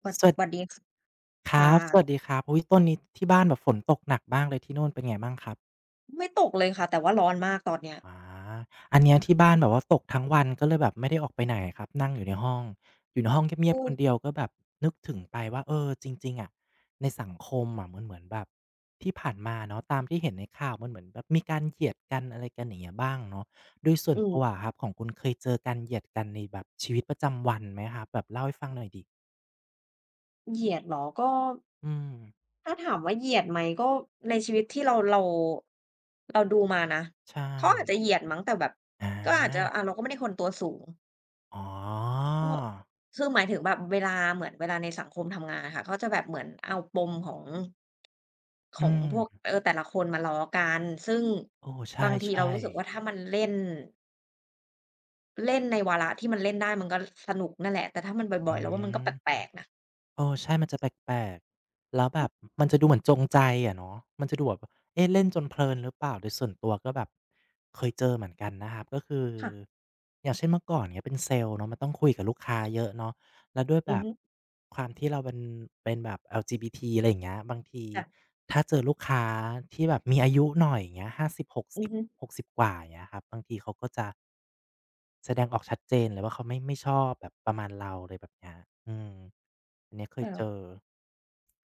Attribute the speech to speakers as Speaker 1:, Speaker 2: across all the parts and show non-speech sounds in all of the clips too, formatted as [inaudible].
Speaker 1: หวัด
Speaker 2: สวัส
Speaker 1: หวัด
Speaker 2: ดี
Speaker 1: ดีค
Speaker 2: ครั
Speaker 1: ค่ะ
Speaker 2: บสวัสดีครับอุ๊ยต้นนี้ที่บ้านแบบฝนตกหนักมากเลยที่นู่นเป็นไงบ้างครับ
Speaker 1: ไม่ตกเลยค่ะแต่ว่าร้อนมากตอนเนี้ย
Speaker 2: อาอันเนี้ยที่บ้านแบบว่าตกทั้งวันก็เลยแบบไม่ได้ออกไปไหนครับนั่งอยู่ในห้องอยู่ในห้องเงีย
Speaker 1: ก็
Speaker 2: บๆคนเดี
Speaker 1: อ
Speaker 2: ยวก็แบบนึกถึงไปว่าเออจริงๆอะในสังคมอะมันเหมือนแบบที่ผ่านมาเนาะตามที่เห็นในข่าวมันเหมือนแบบมีการเหยียดกันอะไรกันอย่างเงี้ยบ้างเนาะโดยส่ว
Speaker 1: อื
Speaker 2: นตัว
Speaker 1: ม
Speaker 2: อะครับของคุณเคยเจอการเหยียดกันในแบบชีวิตประจำวันไหมครับแบบเล่าให้ฟังหน่อยสิ
Speaker 1: เหยียดเหรอก็
Speaker 2: อืม
Speaker 1: ถ้าถามว่าเหยียดไหมก็ในชีวิตที่เราเราดูมานะ
Speaker 2: ใช่
Speaker 1: เขาอาจจะเหยียดมั้งแต่แบบก็อาจ
Speaker 2: อา
Speaker 1: จะเราก็ไม่ได้คนตัวสูง
Speaker 2: อ๋อ
Speaker 1: ก็คือหมายถึงแบบเวลาเหมือนเวลาในสังคมทำงานอะค่ะเขาจะแบบเหมือนเอาปมของข
Speaker 2: อื
Speaker 1: อง
Speaker 2: ม
Speaker 1: พวกแต่ละคนมาล้อกันซึ่ง
Speaker 2: โอ้ใ
Speaker 1: บางทีเรา
Speaker 2: ช่
Speaker 1: รู้สึกว่า
Speaker 2: ๆ
Speaker 1: ถ้ามันเล่น เล่นในวาระที่มันเล่นได้มันก็สนุกนั่นแหละแต่ถ้ามันบ่
Speaker 2: อื
Speaker 1: อยๆเราว่า
Speaker 2: ม
Speaker 1: มันก็แปลกๆนะ
Speaker 2: เออใช่มันจะแปลกๆแล้วแบ
Speaker 1: อืม
Speaker 2: บมันจะดูเหมือนจงใจอะเนาะมันจะดูแบบเอ๊ะเล่นจนเพลินหรือเปล่าโดยส่วนตัวก็แบบเคยเจอเหมือนกันนะครับก็คือ
Speaker 1: ค่ะ
Speaker 2: อย่างเช่นเมื่อก่อนเงี้ยเป็นเซลส์เนาะมันต้องคุยกับลูกค้าเยอะเนาะแล้วด้วย
Speaker 1: อื
Speaker 2: แบ
Speaker 1: อ
Speaker 2: บ
Speaker 1: ฮึ
Speaker 2: ความที่เราเป็นแบบ LGBT อะไรอย่างเงี้ยบางที
Speaker 1: ค่ะ
Speaker 2: ถ้าเจอลูกค้าที่แบบมีอายุหน่อยอย่างเงี้ย
Speaker 1: อือ
Speaker 2: 50-60
Speaker 1: ฮึ
Speaker 2: 60กสิบหกสิบกว่าอย่างเงี้ยครับบางทีเขาก็จะ แสดงออกชัดเจนเลยว่าเขาไม่ชอบแบบประมาณเราอะไรแบบเนี้ยอืมอันเนี้ยเคย
Speaker 1: แต่
Speaker 2: เจอ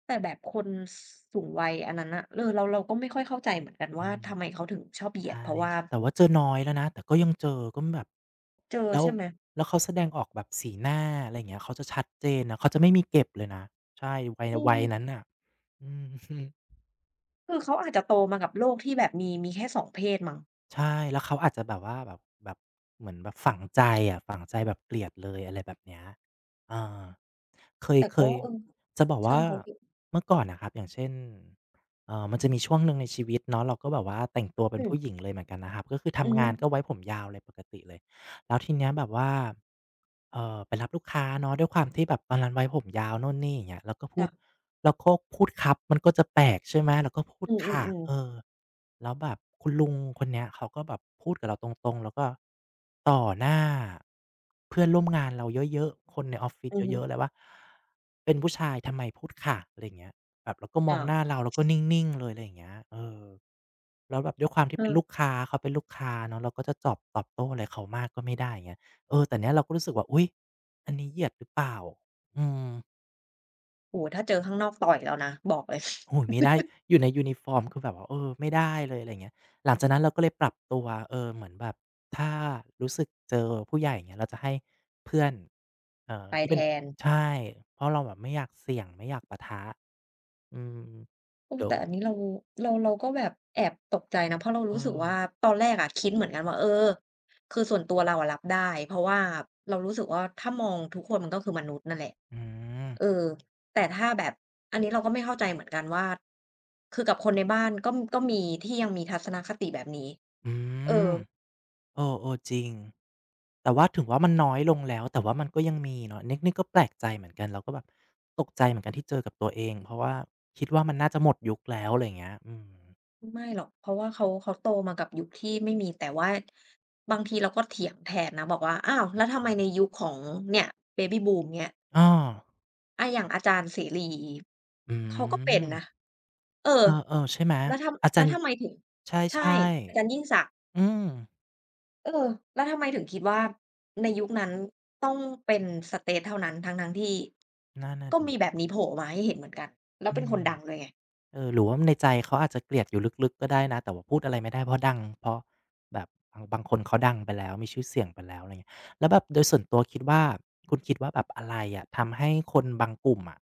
Speaker 1: แต่แบบคนสสูงวัยอันนั้นน่ะเราก็ไม่ค่อยเข้าใจเหมือนกัน
Speaker 2: อื
Speaker 1: ว่า
Speaker 2: ม
Speaker 1: ทำไมเขาถึงชอบเหยีย
Speaker 2: ใช่
Speaker 1: ดเพราะว่า
Speaker 2: แต่ว่าเจอน้อยแล้วนะแต่ก็ยังเจอก็แบบ
Speaker 1: เจอ
Speaker 2: แล้ว
Speaker 1: ใช่ไหม
Speaker 2: แล้วเขาแสดงออกแบบสีหน้าอะไรอย่างเงี้ยเขาจะชัดเจนนะเขาจะไม่มีเก็บเลยนะ ใช่วัย
Speaker 1: อื
Speaker 2: วั
Speaker 1: ม
Speaker 2: ยนั้นน่ะอืม
Speaker 1: คือเขาอาจจะโตมากับโลกที่แบบมีแค่สองเพศมั้ง
Speaker 2: ใช่แล้วเขาอาจจะแบบว่าแบบแบบเหมือนแบบฝังใจอะฝังใจแบบเกลียดเลยอะไรแบบเนี้ยอาเคย
Speaker 1: แต่
Speaker 2: เค
Speaker 1: ก็
Speaker 2: ย
Speaker 1: เออ
Speaker 2: จะบอก
Speaker 1: ช่าง
Speaker 2: ว่า
Speaker 1: เขาเถอะ
Speaker 2: เมื่อก่อนน่ะครับอย่างเช่นมันจะมีช่วงหนึ่งในชีวิตเนาะเราก็แบบว่าแต่งตัวเป็
Speaker 1: อื
Speaker 2: น
Speaker 1: ม
Speaker 2: ผู้หญิงเลยเหมือนกันนะครับก็คือ
Speaker 1: อือ
Speaker 2: ทำ
Speaker 1: ฮึ
Speaker 2: งานก็ไว้ผมยาวเลยปกติเลยแล้วทีเนี้ยแบบว่าไปรับลูกค้าเนาะด้วยความที่แบบตอนนั้นไว้ผมยาวโน่นนี่อย่างเงี้ย
Speaker 1: ค่ะ
Speaker 2: เราก็พูดครับมันก็จะแปลกใช่ไหมเราก็พูด
Speaker 1: อื
Speaker 2: ค่ะ
Speaker 1: อๆ
Speaker 2: เอ
Speaker 1: ๆ
Speaker 2: อ แล้วแบบคุณลุงคนเนี้ยเขาก็แบบพูดกับเราตรงๆแล้วก็ต่อหน้าเพื่อนร่วมงานเราเยอะๆคนในออฟฟิศ
Speaker 1: อือฮึ
Speaker 2: เยอะๆเลยว่าเป็นผู้ชายทำไมพูดค่ะอะไรอย่างเงี้ยแบบแล้วก็มอง
Speaker 1: อา
Speaker 2: หน้าเราแล้วก็นิ่งๆเลยอะไรอย่างเงี้ยเออแล้วแบบด้วยความที่
Speaker 1: เอ
Speaker 2: เป็น
Speaker 1: อ
Speaker 2: ลูกค้าเขาเป็นลูกค้าเนาะเราก็จะจอบตอบโต้อะไรเขามากก็ไม่ได้อย่างเงี้ยเออแต่เนี้ยเราก็รู้สึกว่าอุ๊ยอันนี้เหยียดหรือเปล่าอืม
Speaker 1: โอ้โฮถ้าเจอข้างนอกต่อยแล้วนะบอกเลย
Speaker 2: โอ้ยไม่ได้อยู่ในยูนิฟอร์มคือแบบว่าเออไม่ได้เลยอะไรอย่างเงี้ยหลังจากนั้นเราก็เลยปรับตัวเออเหมือนแบบถ้ารู้สึกเจอผู้ใหญ่เงี้ยเราจะให้เพื่อน
Speaker 1: [laughs] ไป
Speaker 2: ที่
Speaker 1: แท
Speaker 2: เป็น
Speaker 1: น
Speaker 2: ใช่เพราะเราแบบไม่อยากเสี่ยงไม่อยากปะทะอืม
Speaker 1: โอ้
Speaker 2: เดี๋ยว
Speaker 1: แต่อันนี้เราก็แบบแอบตกใจนะเพราะเรา
Speaker 2: เออ
Speaker 1: รู้สึกว่าตอนแรกอะคิดเหมือนกันว่าคือส่วนตัวเราอะรับได้เพราะว่าเรารู้สึกว่าถ้ามองทุกคนมันก็คือมนุษย์นั่นแหละ
Speaker 2: อืม
Speaker 1: เออแต่ถ้าแบบอันนี้เราก็ไม่เข้าใจเหมือนกันว่าคือกับคนในบ้านก็มีที่ยังมีทัศนคติแบบนี้
Speaker 2: อื
Speaker 1: เออ
Speaker 2: มโอโอๆจริงแต่ว่าถึงว่ามันน้อยลงแล้วแต่ว่ามันก็ยังมีเนาะนี่ก็แปลกใจเหมือนกันเราก็แบบตกใจเหมือนกันที่เจอกับตัวเองเพราะว่าคิดว่ามันน่าจะหมดยุคแล้วอะไรอย่างเงี้ยอืม
Speaker 1: ไม่หรอกเพราะว่าเขาโตมากับยุคที่ไม่มีแต่ว่าบางทีเราก็เถียงแทนนะบอกว่าอ้าวแล้วทำไมในยุคของเนี่ย Baby Boom เงี้ย
Speaker 2: อ้อ
Speaker 1: อะอย่างอาจารย์เสรี
Speaker 2: อื
Speaker 1: เขาก็เป็นนะ
Speaker 2: ม
Speaker 1: เออ
Speaker 2: เออๆใช่ไหม อาจา
Speaker 1: แล้ว
Speaker 2: รย์
Speaker 1: ทำไมถึง
Speaker 2: ใ
Speaker 1: ใช่
Speaker 2: ช่
Speaker 1: อาจารย์ยิ่งศักดิ์
Speaker 2: ๆอืม
Speaker 1: เออแล้วทำไมถึงคิดว่าในยุคนั้นต้องเป็นสเตทเท่านั้นทั้งๆที่
Speaker 2: นั่นน่ะ
Speaker 1: ก็มี
Speaker 2: สิ
Speaker 1: แบบนี้โผล่มาให้เห็นเหมือนกันแล้ว
Speaker 2: อื
Speaker 1: เป็นคน
Speaker 2: ม
Speaker 1: ดังด้วยไง
Speaker 2: เออหรือว่าในใจเขาอาจจะเกลียดอยู่ลึกๆก็ได้นะ แต่ว่าพูดอะไรไม่ได้เพราะดังเพราะแบบบางคนเขาดังไปแล้วมีชื่อเสียงไปแล้วอะไรเงี้ยแล้วแบบโดยส่วนตัวคิดว่าคุณคิดว่าแบบอะไรอะทำให้คนบางกลุ่มอะ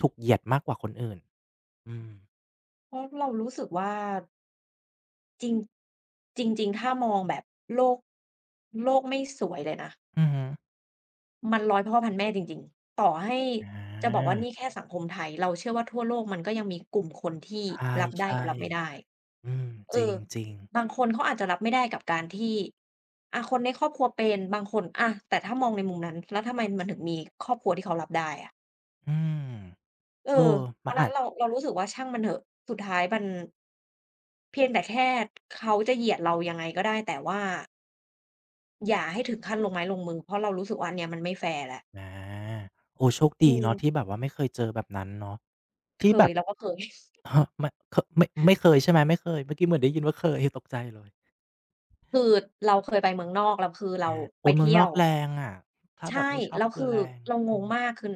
Speaker 2: ถูกเหยียดมากกว่าคนอื่นอืม
Speaker 1: เพราะเรารู้สึกว่าจริงจริงๆถ้ามองแบบโลกโลกไม่สวยเลยนะ
Speaker 2: อือฮึ
Speaker 1: มันร้อยพ่อพันแม่จริงๆต่อให้
Speaker 2: อ
Speaker 1: จะบอก
Speaker 2: า
Speaker 1: ว่านี่แค่สังคมไทยเราเชื่อว่าทั่วโลกมันก็ยังมีกลุ่มคนที่
Speaker 2: ใ
Speaker 1: รับได้กับ
Speaker 2: ช่
Speaker 1: รับไม่ได้
Speaker 2: ๆอืม
Speaker 1: เอ
Speaker 2: จ
Speaker 1: อ
Speaker 2: ริงๆ
Speaker 1: บางคนเขาอาจจะรับไม่ได้กับการที่อะคนในครอบครัวเป็นบางคนอะแต่ถ้ามองในมุมนั้นแล้วทำไมมันถึงมีครอบครัวที่เขารับได้อะ
Speaker 2: อืม
Speaker 1: เออ
Speaker 2: เออ
Speaker 1: เพ
Speaker 2: มัน
Speaker 1: ราะนั้
Speaker 2: อา
Speaker 1: น
Speaker 2: จ
Speaker 1: เรารู้สึกว่าช่างมันเถอะสุดท้ายมันเพียงแต่แค่เขาจะเหยียดเรายังไงก็ได้แต่ว่าอย่าให้ถึงขั้นลงไม้ลงมือเพราะเรารู้สึกว่าอันเนี้ยมันไม่แฟร์แล้ว
Speaker 2: อาโอ้โชค
Speaker 1: อื
Speaker 2: ดีเนาะที่
Speaker 1: ม
Speaker 2: แบบว่าไม่เคยเจอแบบนั้นเนาะ
Speaker 1: เค
Speaker 2: ที่แบ
Speaker 1: ย
Speaker 2: บ
Speaker 1: เราก็เคย
Speaker 2: ฮมคไม่เคยใช่ไหมไม่เคยเมื่อกี้เหมือนได้ยินว่าเคยตกใจเลย
Speaker 1: คือเราเคยไปเมืองนอกแล้วคือเรา
Speaker 2: อา
Speaker 1: ไป
Speaker 2: โอ้เมือง
Speaker 1: เที่
Speaker 2: น
Speaker 1: ย
Speaker 2: อ
Speaker 1: ว
Speaker 2: กแรงอะถ้าแบ
Speaker 1: ใช่
Speaker 2: บไม่ชอบ
Speaker 1: แล้ว
Speaker 2: คื
Speaker 1: คื
Speaker 2: อ
Speaker 1: อ
Speaker 2: แรง
Speaker 1: เราง
Speaker 2: อื
Speaker 1: ง
Speaker 2: ม
Speaker 1: มากคือ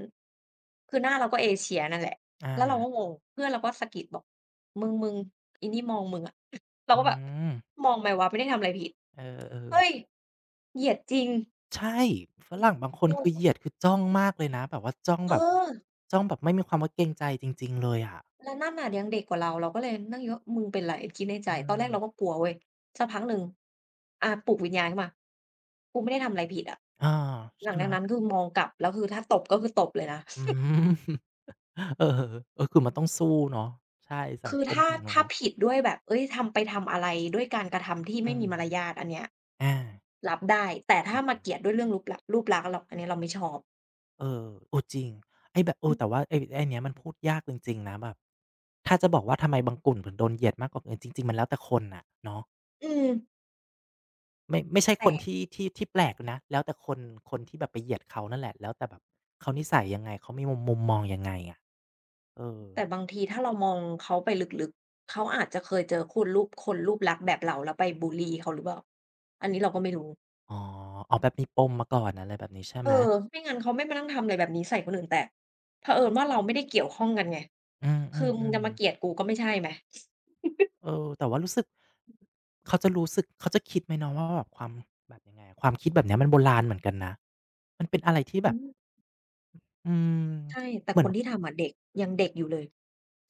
Speaker 1: คือหน้าเราก็เอเชียนั่นแหละ
Speaker 2: อา
Speaker 1: แล้วเราก็งงเพื่อนเราก็สะกิดบอกมึงอีนี่มองมึงอะ [laughs] เรา
Speaker 2: อื
Speaker 1: ก็แบบ
Speaker 2: ม
Speaker 1: มองไหมวะไม่ได้ทำอะไรผิด
Speaker 2: เออ
Speaker 1: เฮ้ย
Speaker 2: ๆ
Speaker 1: เหยียดจริง
Speaker 2: ใช่ฝรั่งบางคน
Speaker 1: งง
Speaker 2: คือเหยียดคือจ้องมากเลยนะแบบว่า
Speaker 1: เออ
Speaker 2: จ้องแบบไม่มีความว่าเกรงใจจริงๆเลยอะ
Speaker 1: แล้วนั่นน่ะยังเด็กกว่าเราเราก็เลยนั่งคิดว่ามึงเป็นไรคิดในใจ
Speaker 2: อื
Speaker 1: ตอนแรกเราก็
Speaker 2: ม
Speaker 1: กลัวเว้ยสักพักหนึ่งอาปลุกวิญญาณขึ้นมากูไม่ได้ทำอะไรผิดอะ
Speaker 2: อา
Speaker 1: หลั
Speaker 2: ใช่
Speaker 1: ง
Speaker 2: ไห
Speaker 1: จา
Speaker 2: ม
Speaker 1: กนั้นคือมองกลับแล้วคือถ้าตบก็คือตบเลยนะ
Speaker 2: อืม [laughs] เออเออคือมันต้องสู้เนาะใช่สัง
Speaker 1: คือ
Speaker 2: คม
Speaker 1: ถ้า
Speaker 2: ฝั่งนู้
Speaker 1: ถ้า
Speaker 2: น
Speaker 1: ผิดด้วยแบบเฮ้ยทำอะไรด้วยการกระทำที่ไม่
Speaker 2: อืม
Speaker 1: มีมารยาทอันเนี้ย
Speaker 2: อา
Speaker 1: รับได้แต่
Speaker 2: เอ
Speaker 1: ถ้า
Speaker 2: อ
Speaker 1: มา
Speaker 2: เออ
Speaker 1: เกลียดด้วยเรื่องรูปลักษณ์เราอันนี้เราไม่ชอบ
Speaker 2: เอจริงไอ้แบบเอ
Speaker 1: อือ
Speaker 2: อแต่ว่าไอ้ไอ้เนี้ยมันพูดยากจริงๆนะแบบถ้าจะบอกว่าทำไมบางกลุ่มถึงโดนเหยียดมากกว่าอื่นจริงๆมันแล้วแต่คนน่ะเนาะ
Speaker 1: อืม
Speaker 2: ไม่ใช่ค
Speaker 1: แต่
Speaker 2: นที่แปลกนะแล้วแต่คนคนที่แบบไปเหยียดเขานั่นแหละแล้วแต่แบบเขานิสัยยังไงเขามีมุมมองยังไงอะเออ
Speaker 1: แต่บางทีถ้าเรามองเขาไปลึกๆเขาอาจจะเคยเจอคนรูปลักษณ์แบบเราแล้วไปบุลลีเขาหรือเปล่าอันนี้เราก็ไม่รู้
Speaker 2: อ๋ออ๋อแบบมีปมมาก่อนอะไรแบบนี้ใช่
Speaker 1: เอ
Speaker 2: ไหม
Speaker 1: อไม่งั้นเขาไม่มานั่งทำอะไรแบบนี้ใส่คนอื่นแต่เผอิญว่าเราไม่ได้เกี่ยวข้องกันไง
Speaker 2: อืม
Speaker 1: คือมึงจะมา
Speaker 2: ๆ
Speaker 1: เกลียด
Speaker 2: ๆ
Speaker 1: กูก็ไม่ใช่ไหม
Speaker 2: เออแต่ว่ารู้สึกเขาจะรู้สึกเขาจะคิดไหมเนาะว่าแบบความแบบยังไงอะความคิดแบบเนี้ยมันโบราณเหมือนกันนะมันเป็นอะไรที่
Speaker 1: อื
Speaker 2: แบบ
Speaker 1: ม
Speaker 2: อืม
Speaker 1: ใช่แต่
Speaker 2: เหมื
Speaker 1: ค
Speaker 2: อน
Speaker 1: นที่ทำอะเด็กยังเด็กอยู่เลย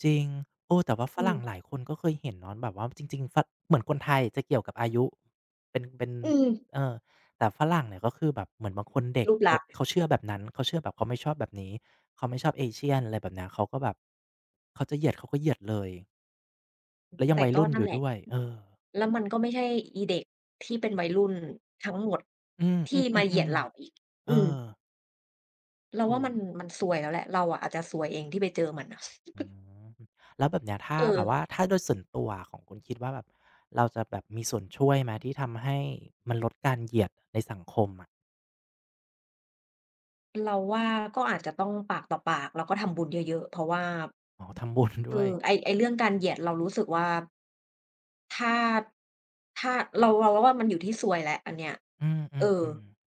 Speaker 2: จริงโอ้แต่ว่าฝ
Speaker 1: อืม
Speaker 2: รั่งหลายคนก็เคยเห็นเนาะแบบว่าจริงๆฝเหมือนคนไทยจะเกี่ยวกับอายุเป็น
Speaker 1: อืม
Speaker 2: เออแต่ฝรั่งเนี่ยก็คือแบบเหมือนบางคนเด็ก
Speaker 1: รูปลัก
Speaker 2: โอะ
Speaker 1: ษณ์
Speaker 2: เขาเชื่อแบบนั้นเขาเชื่อแบบเขาไม่ชอบแบบนี้เขาไม่ชอบ Asian อะไรแบบเนี้ยเขาก็แบบเขาจะเหยียดเขาก็เหยียดเลยแล้วยัง
Speaker 1: แต่
Speaker 2: วัย
Speaker 1: ก็
Speaker 2: รุ่น
Speaker 1: นั่
Speaker 2: อ
Speaker 1: น
Speaker 2: ยู่
Speaker 1: แหละ
Speaker 2: ด้วยเออ
Speaker 1: แล้วมันก็ไม่ใช่อีเด็กที่เป็นวัยรุ่นทั้งหมด
Speaker 2: อืม
Speaker 1: ที่มาเหยียดเรา
Speaker 2: ๆๆ
Speaker 1: อีก
Speaker 2: ๆเอ
Speaker 1: อื
Speaker 2: อ
Speaker 1: ม เรา
Speaker 2: โอ้
Speaker 1: ว่ามันซวยแล้วแหละเราอะอาจจะซวยเองที่ไปเจอมันน่ะ
Speaker 2: อืมแล้วแบบเนี้ยถ้า
Speaker 1: เอ
Speaker 2: แบ
Speaker 1: อ
Speaker 2: บว่าถ้าโดยส่วนตัวของคุณคิดว่าแบบเราจะแบบมีส่วนช่วยไหมที่ทำให้มันลดการเหยียดในสังคมอะ
Speaker 1: เราว่าก็อาจจะต้องปากต่อปากแล้วก็ทำบุญเยอะๆเพราะว่า
Speaker 2: อ๋อทำบุญด้
Speaker 1: คื
Speaker 2: ว
Speaker 1: อ
Speaker 2: ย
Speaker 1: ไอ้เรื่องการเหยียดเรารู้สึกว่า ถ้าถ้าเราว่ามันอยู่ที่ซวยแล้วอันเนี้ย
Speaker 2: อื
Speaker 1: เออ
Speaker 2: มๆๆ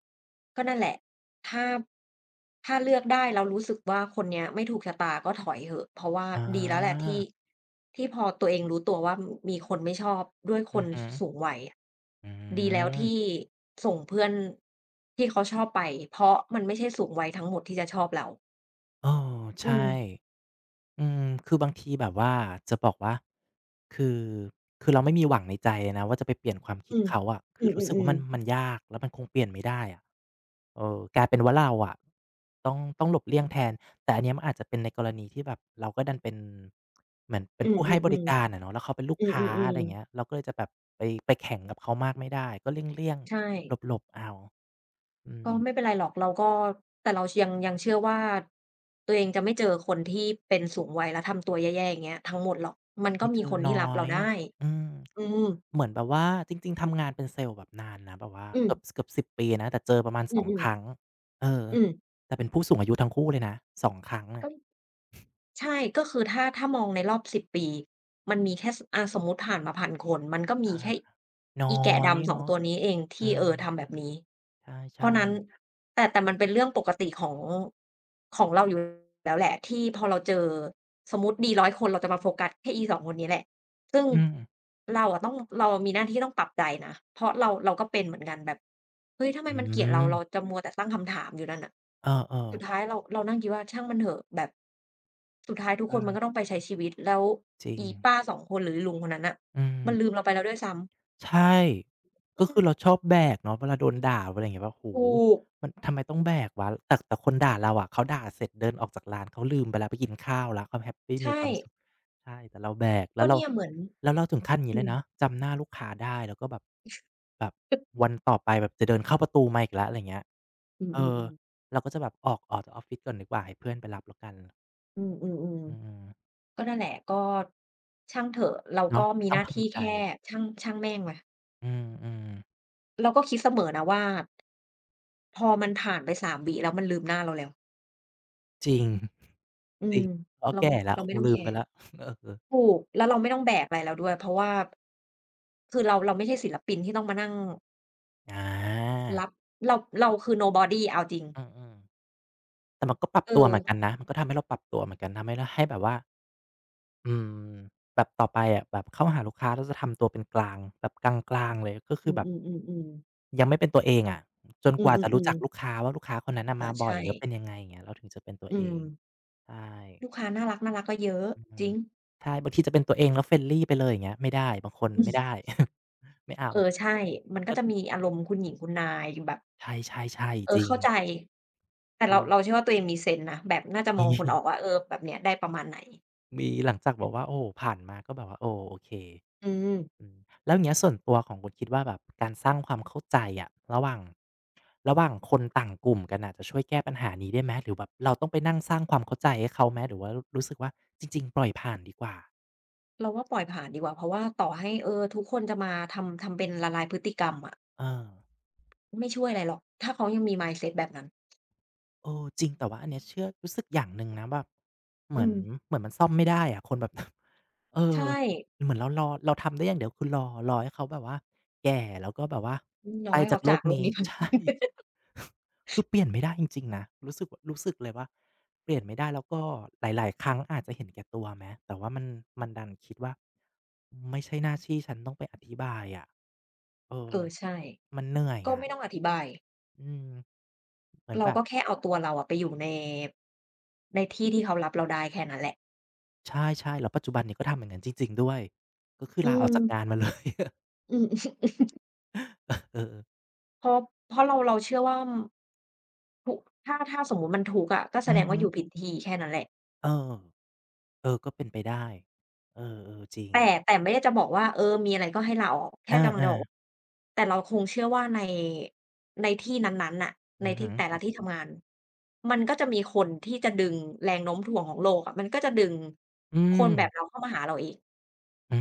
Speaker 1: ก็นั่นแหละถ้าถ้าเลือกได้แล้วรู้สึกว่าคนเนี้ยไม่ถูกชะตาก็ถอยเหอะเพราะว่า
Speaker 2: อา
Speaker 1: ดีแล้วแหละที่พอตัวเองรู้ตัวว่ามมีคนไม่ชอบด้วยค
Speaker 2: อื
Speaker 1: น
Speaker 2: อ
Speaker 1: ส
Speaker 2: ฮึ
Speaker 1: สูงวัยอะ
Speaker 2: อื
Speaker 1: ดีแล้วที่
Speaker 2: ม
Speaker 1: ส่งเพื่อนที่เขาชอบไปเพราะมันไม่ใช่สูงวัยทั้งหมดที่จะชอบเรา
Speaker 2: เออ
Speaker 1: อืม
Speaker 2: ใช่ อืมคือบางทีแบบว่าจะบอกว่าคือคือเราไม่มีหวังในใจเลยนะว่าจะไปเปลี่ยนความคิด
Speaker 1: อืม
Speaker 2: เขาอะคื
Speaker 1: อื
Speaker 2: อรู้สึกว่า
Speaker 1: อ
Speaker 2: มั
Speaker 1: ๆ
Speaker 2: น
Speaker 1: ๆ
Speaker 2: มันยากแล้วมันคงเปลี่ยนไม่ได้อะเออกลายเป็นว่าเราอะต้องหลบเลี่ยงแทนแต่อันเนี้ยมันอาจจะเป็นในกรณีที่แบบเราก็ดันเป็นเหมือนเป็น
Speaker 1: อื
Speaker 2: ผู้ให้
Speaker 1: อ
Speaker 2: บริการ
Speaker 1: ๆ
Speaker 2: อะเนาะแล้วเขาเป็นลู
Speaker 1: ๆ
Speaker 2: ก
Speaker 1: อื
Speaker 2: ค้า
Speaker 1: อ
Speaker 2: อะไร
Speaker 1: ๆ
Speaker 2: อย่างเงี้
Speaker 1: ๆ
Speaker 2: ยเราก็เลยจะแบบไปแข่งกับเขามากไม่ได้ก็เลี่ยง
Speaker 1: ใช่
Speaker 2: ๆหลบๆเอาอื
Speaker 1: ก็
Speaker 2: ม
Speaker 1: ไม่เป็นไรหรอกเราก็แต่เรายังเชื่อว่าตัวเองจะไม่เจอคนที่เป็นสูงวัยแล้วทำตัวแย่ๆอย่างเงี้ยทั้งหมดหรอกมันก็
Speaker 2: ไม่
Speaker 1: มี
Speaker 2: เจ
Speaker 1: ค
Speaker 2: อ
Speaker 1: นที่
Speaker 2: น้
Speaker 1: รับ
Speaker 2: อ
Speaker 1: เรา
Speaker 2: ย
Speaker 1: ได้
Speaker 2: อืม
Speaker 1: อืม
Speaker 2: เหมือนแบบว่าจริงๆทำงานเป็นเซลล์แบบนานนะแบบว่า
Speaker 1: อือ
Speaker 2: เกือบสิบปีนะแต่เจอประมาณ
Speaker 1: อ
Speaker 2: สอง
Speaker 1: ื
Speaker 2: ค
Speaker 1: อๆ
Speaker 2: รั้งเออ
Speaker 1: อืม
Speaker 2: แต่เป็นผู้สูงอายุทั้งคู่เลยนะสองครั้งอะ
Speaker 1: ก็ ใช่ก็คือถ้ามองในรอบสิบปีมันมีแค่สอาสมมุติผ่านมาพันคนมันก็มี
Speaker 2: อา
Speaker 1: แค่
Speaker 2: น้อ
Speaker 1: อีแกะ
Speaker 2: ย
Speaker 1: ดำสอง
Speaker 2: เนาะ
Speaker 1: ตัวนี้เอง
Speaker 2: เออ
Speaker 1: ที่ทำแบบนี้เพราะนั้น
Speaker 2: ใช่
Speaker 1: แต่มันเป็นเรื่องปกติของของเราอยู่แล้วแหละที่พอเราเจอสมมุติดีร้0 0คนเราจะมาโฟกัสแค่อีสองคนนี้แหละซึ่ง
Speaker 2: ๆอืม
Speaker 1: เราอะมีหน้าที่ต้องปรับใจนะเพราะเราก็เป็นเหมือนกันแบบเฮ้ยทำไม
Speaker 2: อื
Speaker 1: มันเกลียดเราเรา
Speaker 2: ม
Speaker 1: จะมัวแต่ตั้งคำถามอยู่นั่นน่ะ
Speaker 2: เออ
Speaker 1: สุดท้า
Speaker 2: ๆ
Speaker 1: ยเรานั่งคิดว่าช่างมันเถอะแบบสุดท้ายทุก
Speaker 2: เอ
Speaker 1: คนมันก็ต้
Speaker 2: อ
Speaker 1: องไปใช้ชีวิตแล้ว
Speaker 2: จริง
Speaker 1: อีป้าสองคนหรือลุงคนนั้นน่ะ
Speaker 2: อื
Speaker 1: มันลื
Speaker 2: ม
Speaker 1: มเราไปแล้วด้วยซ้ำ
Speaker 2: ใช่ ก็
Speaker 1: อื
Speaker 2: คือเราช
Speaker 1: ม
Speaker 2: อบแบกเนาะเวลาโดนด่าอะไรอย่างเงี้ยแบบโอ้โฮ
Speaker 1: ถูก
Speaker 2: มันทำไมต้องแบกวะแต่คนด่าเราอะเขาด่าเสร็จเดินออกจากร้านเขาลืมไปแล้วไปกินข้าวแล้วเขาแฮปปีมี
Speaker 1: ใช่
Speaker 2: ความสุขใช่แต่เราแบกแล้
Speaker 1: ก็
Speaker 2: วเรา
Speaker 1: เนี่ยเหมือน
Speaker 2: แล้วเราถึงขั้นอย่าง
Speaker 1: อื
Speaker 2: งี้เล
Speaker 1: ม
Speaker 2: ยนะจำหน้าลูกค้าได้แล้วก็แบบแบบวันต่อไปแบบจะเดินเข้าประตูมาอีกแล้วอะไรอย่างเงี้ย
Speaker 1: อื
Speaker 2: เออ
Speaker 1: อๆๆ
Speaker 2: เราก็จะแบบออกจากออฟฟิศก่อนดีกว่าให้เพื่อนไปรับแล้วกัน
Speaker 1: อือ
Speaker 2: อื
Speaker 1: ๆ
Speaker 2: ม
Speaker 1: ๆก็นั่นแหละก็ช่างเถอะเราก็
Speaker 2: เนาะ
Speaker 1: มี
Speaker 2: ต้
Speaker 1: ห
Speaker 2: อง
Speaker 1: น้าที่
Speaker 2: ทำใจ
Speaker 1: แค่ช่างแม่งว่ะ
Speaker 2: อืมๆ
Speaker 1: เราก็คิดเสมอนะว่าพอมันผ่านไปสามวิแล้วมันลืมหน้าเราแล้ว
Speaker 2: จริง
Speaker 1: อื
Speaker 2: จริ
Speaker 1: ม
Speaker 2: งเรา
Speaker 1: เรา
Speaker 2: แก่แล้ว
Speaker 1: เรา
Speaker 2: ค
Speaker 1: ไม่
Speaker 2: ง
Speaker 1: ต้อง
Speaker 2: ลื
Speaker 1: แค
Speaker 2: มไป
Speaker 1: ร์
Speaker 2: แล้ว [laughs] เออ
Speaker 1: ถูกแล้วเราไม่ต้องแบกอะไรแล้วด้วยเพราะว่าคือเราไม่ใช่ศิลปินที่ต้องมานั่ง
Speaker 2: อา
Speaker 1: รับเราเราคือ nobody เอาจริง
Speaker 2: อืมๆแต่มันก็ปรับ
Speaker 1: เออ
Speaker 2: ตัวเหมือนกันนะมันก็ทำให้เราปรับตัวเหมือนกันทำให้เราให้แบบว่าอืมแบบต่อไปอะแบบเข้าหาลูกค้าเราจะทำตัวเป็นกลางแบบกลางๆเลยก็คื
Speaker 1: อื
Speaker 2: อแบบ
Speaker 1: อๆๆๆ
Speaker 2: ยังไม่เป็นตัวเองอะจน
Speaker 1: อื
Speaker 2: กว่าจะรู้
Speaker 1: อ
Speaker 2: จัก
Speaker 1: ๆ
Speaker 2: ลูก
Speaker 1: ๆ
Speaker 2: ค้าว่าลูกค้าคนนั้นน่ะ
Speaker 1: อา
Speaker 2: มาบ่อย
Speaker 1: ใช่
Speaker 2: หรือเป็นยังไงอย่างเงี้ยเราถึงจะเป็นตัว
Speaker 1: อื
Speaker 2: เอ
Speaker 1: ม
Speaker 2: งใช่
Speaker 1: ลูกค้าน่ารักๆก็เยอะ
Speaker 2: อือฮึ
Speaker 1: จริง
Speaker 2: ใช่บางทีจะเป็นตัวเองแล้ว friendly ไปเลยอย่างเงี้ยไม่ได้บางคน
Speaker 1: อื
Speaker 2: ไม่
Speaker 1: ม
Speaker 2: ได้ [laughs] ไม่เอา
Speaker 1: เออใช่ มันก็
Speaker 2: ก็
Speaker 1: จะมีอารมณ์คุณหญิงคุณนายแบบ
Speaker 2: ใช่ๆ
Speaker 1: เอ
Speaker 2: ๆจ
Speaker 1: อ
Speaker 2: ริง
Speaker 1: เข้าใจแต่
Speaker 2: จริ
Speaker 1: เรา
Speaker 2: ง
Speaker 1: เราเชื่อว่าตัวเองมีเซนส์นะแบบน่าจะม
Speaker 2: มี
Speaker 1: องคนออก
Speaker 2: [laughs]
Speaker 1: ว่าเออแบบเนี้ยได้ประมาณไหน
Speaker 2: มีหลังจากบอกว่าโอ้ผ่านมาก็แบบว่าโอ้โอเค
Speaker 1: อืม
Speaker 2: อืมแล้วอย่างเงี้ยส่วนตัวของคุณคิดว่าแบบการสร้างความเข้าใจอะระหว่างคนต่างกลุ่มกันอะจะช่วยแก้ปัญหานี้ได้ไหมหรือแบบเราต้องไปนั่งสร้างความเข้าใจให้เขาไหมหรือว่ารู้สึกว่าจริงๆปล่อยผ่านดีกว่า
Speaker 1: เราว่าปล่อยผ่านดีกว่าเพราะว่าต่อให้ทุกคนจะมาทำเป็นละลายพฤติกรรมอะ
Speaker 2: เออ
Speaker 1: ไม่ช่วยอะไรหรอก ถ้าเขายังมี mindset แบบนั้น
Speaker 2: เออจริงแต่ว่าอันเนี้ยเชื่อรู้สึกอย่างหนึ่งนะแบบเห
Speaker 1: อื
Speaker 2: มือน
Speaker 1: ม
Speaker 2: เหมือนมันซ่อมไม่ได้อะคนแบบ [laughs] เออ
Speaker 1: ใช่
Speaker 2: เหมือนเรารอเราทำได้อย่างเดียวคือรอรอให้เขาแบบว่าแก่แล้วก็แบบว่า
Speaker 1: น้อ
Speaker 2: ไป
Speaker 1: ย
Speaker 2: จา
Speaker 1: เขา
Speaker 2: กโล
Speaker 1: จาก
Speaker 2: ก
Speaker 1: โลก
Speaker 2: นี้
Speaker 1: นี้ไป
Speaker 2: [laughs] ใช่
Speaker 1: [laughs]
Speaker 2: คือเปลี่ยนไม่ได้จริงๆนะรู้สึกเลยว่าเปลี่ยนไม่ได้แล้วก็หลายๆครั้งอาจจะเห็นแก่ตัวไหมแต่ว่ามันมันดันคิดว่าไม่ใช่หน้าที่ฉันต้องไปอธิบายอะเอ
Speaker 1: เอ
Speaker 2: อ
Speaker 1: อใช่
Speaker 2: มันเหนื่อย
Speaker 1: ก็
Speaker 2: อะ
Speaker 1: ไม่ต้องอธิบาย
Speaker 2: อืมเหมือน
Speaker 1: เรา
Speaker 2: แบบ
Speaker 1: ก็แค่เอาตัวเราอะไปอยู่ในที่ที่เขารับเราได้แค่นั้นแหละ
Speaker 2: ใช่ๆแล้วปัจจุบันเนี่ยก็ทำอย่างงั้นจริงๆด้วยก็คือ
Speaker 1: อื
Speaker 2: ลาออก
Speaker 1: ม
Speaker 2: จากงานมา [laughs] เลย
Speaker 1: อืม [laughs]
Speaker 2: เออๆ
Speaker 1: เพราะเพราะเราเชื่อว่าทุกถ้าสมมุติมันทุกข์อะก็แส
Speaker 2: อื
Speaker 1: ด
Speaker 2: อ
Speaker 1: งว่า
Speaker 2: ฮึ
Speaker 1: อยู่ผิดที่แค่นั้นแหละ
Speaker 2: เออเออก็เป็นไปได้เออๆจริง
Speaker 1: แต่แต่ไม่ได้จะบอกว่าเออมีอะไรก็ให้ลาออกแค่กำลังจะ
Speaker 2: อา
Speaker 1: บอ
Speaker 2: ๆ
Speaker 1: กว่าแต่เราคงเชื่อว่าในในที่นั้นๆน่ะใน
Speaker 2: อือ
Speaker 1: ที่
Speaker 2: ฮึ
Speaker 1: แต่ละที่ทำงานมันก็จะมีคนที่จะดึงแรงโน้มถ่วงของโลกอะมันก็จะดึง
Speaker 2: อื
Speaker 1: ค
Speaker 2: ม
Speaker 1: นแบบเราเข้ามาหาเราอีก
Speaker 2: อื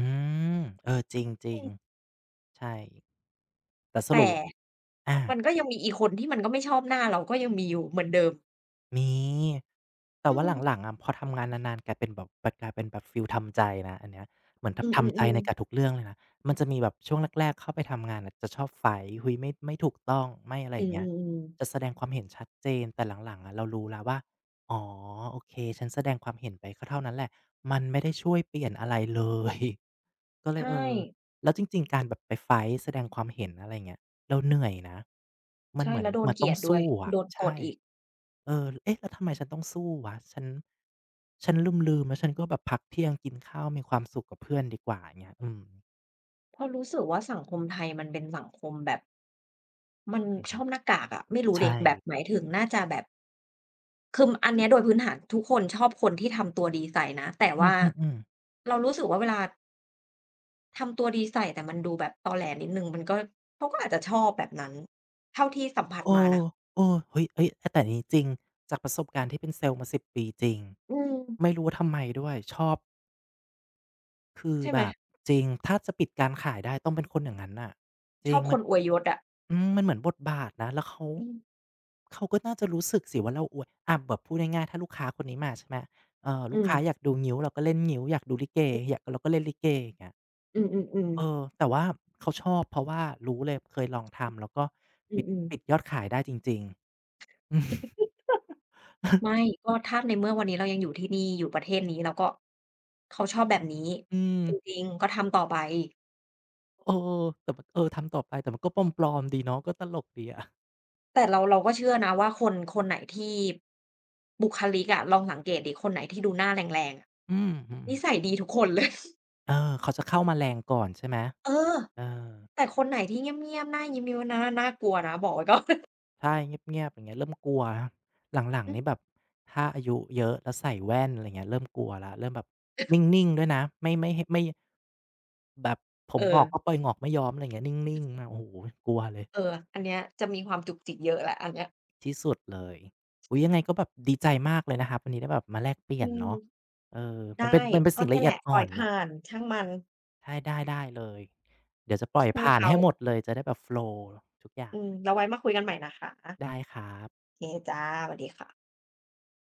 Speaker 2: มเออจริงๆใช่แต่ส
Speaker 1: แต่
Speaker 2: รุปอา
Speaker 1: มันก็ยังมีอีกคนที่มันก็ไม่ชอบหน้าเราก็ยังมีอยู่เหมือนเดิม
Speaker 2: มีแต่
Speaker 1: อื
Speaker 2: ว่า
Speaker 1: ม
Speaker 2: หลังๆอะพอทำงานนานๆกลายเป็นแบบมันกลายเป็นแบบฟีลทำใจนะอันเนี้ยเหมือน
Speaker 1: อื
Speaker 2: ทำใจ
Speaker 1: อ
Speaker 2: ใน
Speaker 1: ๆ
Speaker 2: กับทุ
Speaker 1: ๆ
Speaker 2: กเรื่องเลยนะมันจะมีแบบช่วงแรกๆเข้าไปทำงานอะจะชอบ fight อุ๊ยไม่ถูกต้องไม่อะไร
Speaker 1: อื
Speaker 2: อย่างเงี้ย
Speaker 1: อๆ
Speaker 2: จะ
Speaker 1: ๆ
Speaker 2: แสดงความเห็นชัดเจนแต่หลังๆอะเรารู้แล้วว่าอ๋อโอเคฉันแสดงความเห็นไปก็เท่านั้นแหละมันไม่ได้ช่วยเปลี่ยนอะไรเลย [laughs] ก็เลย
Speaker 1: ใช่
Speaker 2: เออแล้วจริงๆการแบบไป fight แสดงความเห็นอะไรอย่างเงี้ย เราเหนื่อยนะ มัน
Speaker 1: ใช่
Speaker 2: เหมือน
Speaker 1: แล้วโดน
Speaker 2: มัน
Speaker 1: เกลี
Speaker 2: ต้อ
Speaker 1: ย
Speaker 2: ง
Speaker 1: ดด้วย
Speaker 2: สู้อะ
Speaker 1: โดนกด
Speaker 2: ใช่
Speaker 1: อีก
Speaker 2: เออเอ๊ะแล้วทำไมฉันต้องสู้วะฉัน ฉันลืมๆแล้วฉันก็แบบพักเที่ยงกินข้าวมีความสุขกับเพื่อนดีกว่าอย่างเงี้ยอืม
Speaker 1: เพราะรู้สึกว่าสังคมไทยมันเป็นสังคมแบบ มัน
Speaker 2: อือ
Speaker 1: ช
Speaker 2: ฮึ
Speaker 1: อบหน้ากากอะไม่รู้ดิ
Speaker 2: ใช่
Speaker 1: แบบหมายถึงน่าจะแบบคืออันเนี้ยโดยพื้นฐานทุกคนชอบคนที่ทำตัวดีใส่นะแต่
Speaker 2: อื
Speaker 1: ว่า
Speaker 2: มๆๆ
Speaker 1: เรารู้สึกว่าเวลาทำตัวดีใส่แต่มันดูแบบตอแหลนิดหนึ่งมันก็เขาก็อาจจะชอบแบบนั้นเท่าที่สัมผัส
Speaker 2: เอ
Speaker 1: มา
Speaker 2: อ
Speaker 1: นะ
Speaker 2: เออเฮ้ยแต่อันนี้จริงจากประสบการณ์ที่เป็นเซลส์มา10ปีจริง
Speaker 1: อืม
Speaker 2: ไม่รู้ทำไมด้วย ชอบ คือ
Speaker 1: ใช่ไหม
Speaker 2: แบบจริงถ้าจะปิดการขายได้ต้องเป็นคนอย่างนั้นน่ะจ
Speaker 1: ช
Speaker 2: ริ
Speaker 1: อบ
Speaker 2: ง
Speaker 1: ค
Speaker 2: มัน
Speaker 1: นอวยยศอะ
Speaker 2: อืมมันเหมือนบทบาทนะแล้วเขา
Speaker 1: อืม
Speaker 2: เขาก็น่าจะรู้สึกสิว่าเราอวยอะแบบพูดง่ายๆถ้าลูกค้าคนนี้มาใช่ไหม
Speaker 1: อื
Speaker 2: ลูก
Speaker 1: ม
Speaker 2: ค้าอยากดูงิ้วเราก็เล่นงิ้วอยากดูลิเกอยากเราก็เล่นลิเกอย่างเงี้ย
Speaker 1: อือๆ
Speaker 2: เอ
Speaker 1: ๆ
Speaker 2: อแต่ว่าเขาชอบเพราะว่ารู้เลยเคยลองทำแล้วก็
Speaker 1: อื
Speaker 2: ปิด
Speaker 1: ม
Speaker 2: ปิดยอดขายได้จริงๆอืม
Speaker 1: ๆไม่ก็ถ้าในเมื่อวันนี้เรายังอยู่ที่นี่อยู่ประเทศนี้เราก็เขาชอบแบบนี้
Speaker 2: อืม
Speaker 1: จริงๆก็ทำต่อไป
Speaker 2: เออแต่มันเออทำต่อไปแต่มันก็ปลอมๆดีเนาะก็ตลกดีอะ
Speaker 1: แต่เราก็เชื่อนะว่าคนไหนที่บุคลิกอะลองสังเกตดิคนไหนที่ดูหน้าแรงๆอะ
Speaker 2: อืม
Speaker 1: นิสัย
Speaker 2: ๆ
Speaker 1: ดีทุกคนเลย [laughs]
Speaker 2: เออเขาจะเข้ามาแรงก่อนใช่ไหม
Speaker 1: เออ
Speaker 2: เออ
Speaker 1: แต่คนไหนที่เงียบๆหน้ายิ้มๆนะน่ากลัวนะบอกไว้ก่อน
Speaker 2: ใช่เงียบๆอย่างเงี้ยเริ่มกลัวหลั
Speaker 1: [laughs]
Speaker 2: ง
Speaker 1: อื
Speaker 2: ๆ
Speaker 1: ม
Speaker 2: นี่แบบถ้าอายุเยอะแล้วใส่แว่นอะไรเงี้ยเริ่มกลัวแล้วเริ่มแบบนิ่งๆด้วยนะไม่แบบผ
Speaker 1: เอ
Speaker 2: ม
Speaker 1: อ
Speaker 2: งอกก็ปล่อยงอกไม่ย้อมอะไรเงี้ยนิ่งๆอะโอ้โฮกลัวเลย
Speaker 1: เอออันเนี้ยจะมีความจุกจิกเยอะแหละอันเนี้ย
Speaker 2: ที่สุดเลยอุ๊ยยังไงก็แบบดีใจมากเลยนะครับวันนี้ได้แบบมาแลกเปลี่
Speaker 1: อื
Speaker 2: ยน
Speaker 1: ม
Speaker 2: เนาะเออมันเป็
Speaker 1: ได้
Speaker 2: นมันเป็น
Speaker 1: ก็
Speaker 2: สิ่ง
Speaker 1: เนี่
Speaker 2: ละ
Speaker 1: ย
Speaker 2: เอี
Speaker 1: แห
Speaker 2: ยด
Speaker 1: ละปล่
Speaker 2: อ่อ
Speaker 1: อย
Speaker 2: นแหละ
Speaker 1: ผ่านช่างมัน
Speaker 2: ใช่ได้เลยเดี๋ยวจะปล่อย
Speaker 1: สู้
Speaker 2: ผ่าน
Speaker 1: เขา
Speaker 2: ให้หมดเลยจะได้แบบโฟลว์ทุกอย่า
Speaker 1: อื
Speaker 2: ง
Speaker 1: มแล้วไว้มาคุยกันใหม่นะคะ
Speaker 2: ได้ครับ
Speaker 1: โอเคจ้ะสวัสดีค่ะ